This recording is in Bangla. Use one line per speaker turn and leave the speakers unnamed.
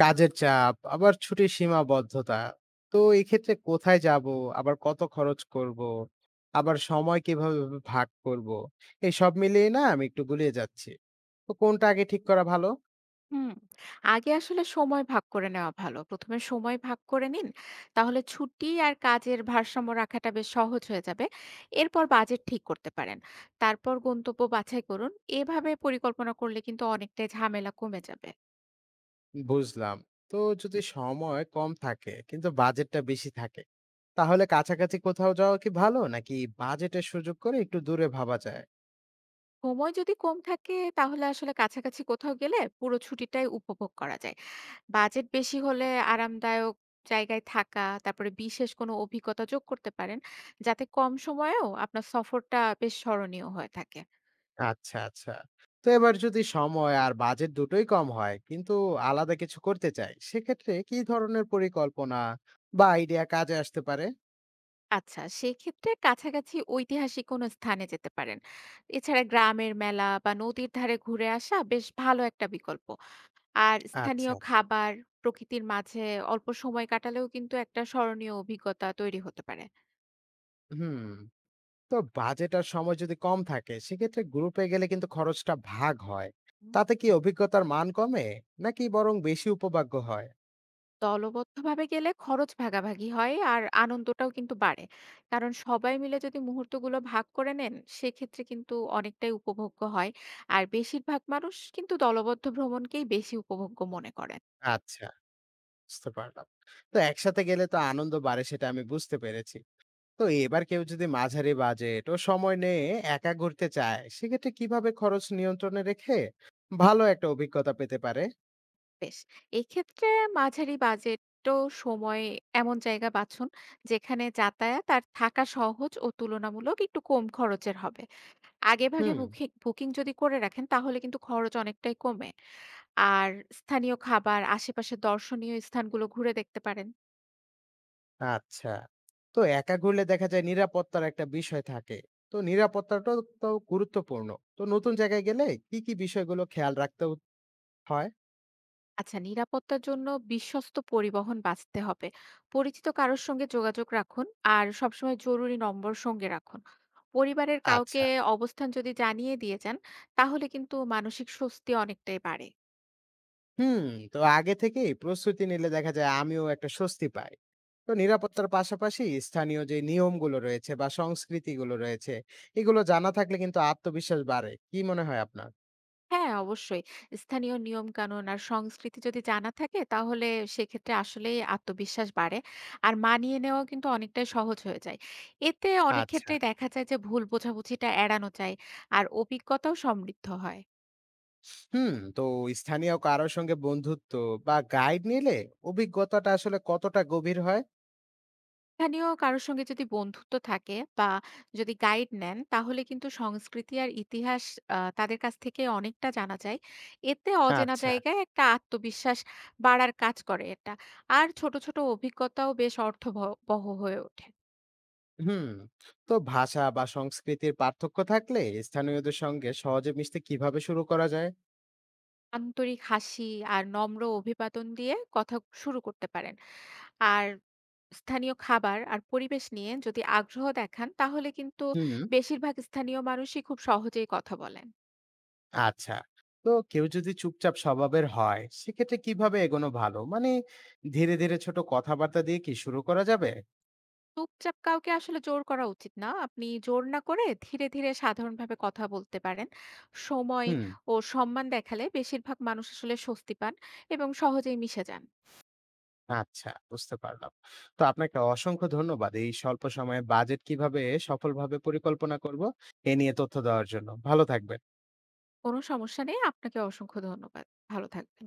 কাজের চাপ, আবার ছুটির সীমাবদ্ধতা। তো এক্ষেত্রে কোথায় যাব? আবার কত খরচ করব? আবার সময় কিভাবে ভাগ করব? এই সব মিলিয়ে না আমি একটু গুলিয়ে যাচ্ছি। তো কোনটা আগে ঠিক করা ভালো?
হুম, আগে আসলে সময় ভাগ করে নেওয়া ভালো। ১ম এ সময় ভাগ করে নিন। তাহলে ছুটি আর কাজের ভারসাম্য রাখাটা বেশ সহজ হয়ে যাবে। এরপর বাজেট ঠিক করতে পারেন। তারপর গন্তব্য বাছাই করুন। এভাবে পরিকল্পনা করলে কিন্তু অনেকটাই ঝামেলা কমে যাবে।
বুঝলাম। তো যদি সময় কম থাকে কিন্তু বাজেটটা বেশি থাকে, তাহলে কাছাকাছি কোথাও যাওয়া কি ভালো? নাকি বাজেটের সুযোগ করে একটু দূরে ভাবা যায়?
সময় যদি কম থাকে তাহলে আসলে কাছাকাছি কোথাও গেলে পুরো ছুটিটাই উপভোগ করা যায়। বাজেট বেশি হলে আরামদায়ক জায়গায় থাকা, তারপরে বিশেষ কোনো অভিজ্ঞতা যোগ করতে পারেন, যাতে কম সময়েও আপনার সফরটা বেশ স্মরণীয় হয়ে থাকে।
আচ্ছা, আচ্ছা। তো এবার যদি সময় আর বাজেট দুটোই কম হয়, কিন্তু আলাদা কিছু করতে চাই, সেক্ষেত্রে কি ধরনের পরিকল্পনা বা আইডিয়া কাজে আসতে পারে?
আচ্ছা, সেক্ষেত্রে কাছাকাছি ঐতিহাসিক কোনো স্থানে যেতে পারেন। এছাড়া গ্রামের মেলা বা নদীর ধারে ঘুরে আসা বেশ ভালো একটা বিকল্প। আর স্থানীয়
আচ্ছা।
খাবার, প্রকৃতির মাঝে অল্প সময় কাটালেও কিন্তু একটা স্মরণীয় অভিজ্ঞতা তৈরি হতে পারে।
হুম। তো বাজেট আর সময় যদি কম থাকে, সেক্ষেত্রে গ্রুপে গেলে কিন্তু খরচটা ভাগ হয়।
হুম।
তাতে কি অভিজ্ঞতার মান কমে? নাকি বরং বেশি উপভাগ্য হয়?
দলবদ্ধভাবে গেলে খরচ ভাগাভাগি হয় আর আনন্দটাও কিন্তু বাড়ে। কারণ সবাই মিলে যদি মুহূর্তগুলো ভাগ করে নেন, সেক্ষেত্রে কিন্তু অনেকটাই উপভোগ্য হয়। আর বেশিরভাগ মানুষ কিন্তু দলবদ্ধ ভ্রমণকেই বেশি উপভোগ্য মনে করেন।
আচ্ছা, বুঝতে পারলাম। তো একসাথে গেলে তো আনন্দ বাড়ে সেটা আমি বুঝতে পেরেছি। তো এবার কেউ যদি মাঝারি বাজেট ও সময় নিয়ে একা ঘুরতে চায় সেক্ষেত্রে কিভাবে খরচ নিয়ন্ত্রণে রেখে ভালো একটা অভিজ্ঞতা পেতে পারে?
বেশ। এক্ষেত্রে মাঝারি বাজেট ও সময় এমন জায়গা বাছুন যেখানে যাতায়াত আর থাকা সহজ ও তুলনামূলক একটু কম খরচের হবে। আগেভাগে
হুম।
বুকিং বুকিং যদি করে রাখেন তাহলে কিন্তু খরচ অনেকটাই কমে। আর স্থানীয় খাবার, আশেপাশের দর্শনীয় স্থানগুলো ঘুরে দেখতে পারেন।
আচ্ছা। তো একা ঘুরলে দেখা যায় নিরাপত্তার একটা বিষয় থাকে, তো নিরাপত্তাটাও তো গুরুত্বপূর্ণ। তো নতুন জায়গায় গেলে কি কি বিষয়গুলো খেয়াল রাখতে হয়?
আচ্ছা, নিরাপত্তার জন্য বিশ্বস্ত পরিবহন বাছতে হবে। পরিচিত কারোর সঙ্গে যোগাযোগ রাখুন। আর সবসময় জরুরি নম্বর সঙ্গে রাখুন। পরিবারের কাউকে
আচ্ছা।
অবস্থান যদি জানিয়ে দিয়ে যান তাহলে কিন্তু মানসিক স্বস্তি অনেকটাই বাড়ে।
হুম। তো আগে থেকেই প্রস্তুতি নিলে দেখা যায় আমিও একটা স্বস্তি পাই। তো নিরাপত্তার পাশাপাশি স্থানীয় যে নিয়মগুলো রয়েছে বা সংস্কৃতিগুলো রয়েছে, এগুলো জানা থাকলে কিন্তু আত্মবিশ্বাস বাড়ে, কি মনে হয় আপনার?
হ্যাঁ, অবশ্যই। স্থানীয় নিয়ম কানুন আর সংস্কৃতি যদি জানা থাকে তাহলে সেক্ষেত্রে আসলেই আত্মবিশ্বাস বাড়ে। আর মানিয়ে নেওয়া কিন্তু অনেকটাই সহজ হয়ে যায়। এতে অনেক
আচ্ছা।
ক্ষেত্রেই দেখা যায় যে ভুল বোঝাবুঝিটা এড়ানো যায়। আর অভিজ্ঞতাও সমৃদ্ধ হয়।
হুম। তো স্থানীয় কারোর সঙ্গে বন্ধুত্ব বা গাইড নিলে অভিজ্ঞতাটা আসলে কতটা গভীর হয়?
স্থানীয় কারো সঙ্গে যদি বন্ধুত্ব থাকে বা যদি গাইড নেন তাহলে কিন্তু সংস্কৃতি আর ইতিহাস তাদের কাছ থেকে অনেকটা জানা যায়। এতে অচেনা
আচ্ছা।
জায়গায় একটা আত্মবিশ্বাস বাড়ার কাজ করে এটা। আর ছোট ছোট অভিজ্ঞতাও বেশ অর্থবহ হয়ে ওঠে।
হুম। তো ভাষা বা সংস্কৃতির পার্থক্য থাকলে স্থানীয়দের সঙ্গে সহজে মিশতে কিভাবে শুরু করা যায়?
আন্তরিক হাসি আর নম্র অভিবাদন দিয়ে কথা শুরু করতে পারেন। আর স্থানীয় খাবার আর পরিবেশ নিয়ে যদি আগ্রহ দেখান তাহলে কিন্তু
হুম।
বেশিরভাগ স্থানীয় মানুষই খুব সহজেই কথা বলেন।
আচ্ছা। তো কেউ যদি চুপচাপ স্বভাবের হয় সেক্ষেত্রে কিভাবে এগোনো ভালো? মানে, ধীরে ধীরে ছোট কথাবার্তা দিয়ে কি শুরু করা যাবে?
চুপচাপ কাউকে আসলে জোর করা উচিত না। আপনি জোর না করে ধীরে, ধীরে সাধারণভাবে কথা বলতে পারেন। সময়
হুম।
ও সম্মান দেখালে বেশিরভাগ মানুষ আসলে স্বস্তি পান এবং সহজেই মিশে যান।
আচ্ছা, বুঝতে পারলাম। তো আপনাকে অসংখ্য ধন্যবাদ এই স্বল্প সময়ে বাজেট কিভাবে সফলভাবে পরিকল্পনা করব এ নিয়ে তথ্য দেওয়ার জন্য। ভালো থাকবেন।
কোনো সমস্যা নেই। আপনাকে অসংখ্য ধন্যবাদ। ভালো থাকবেন।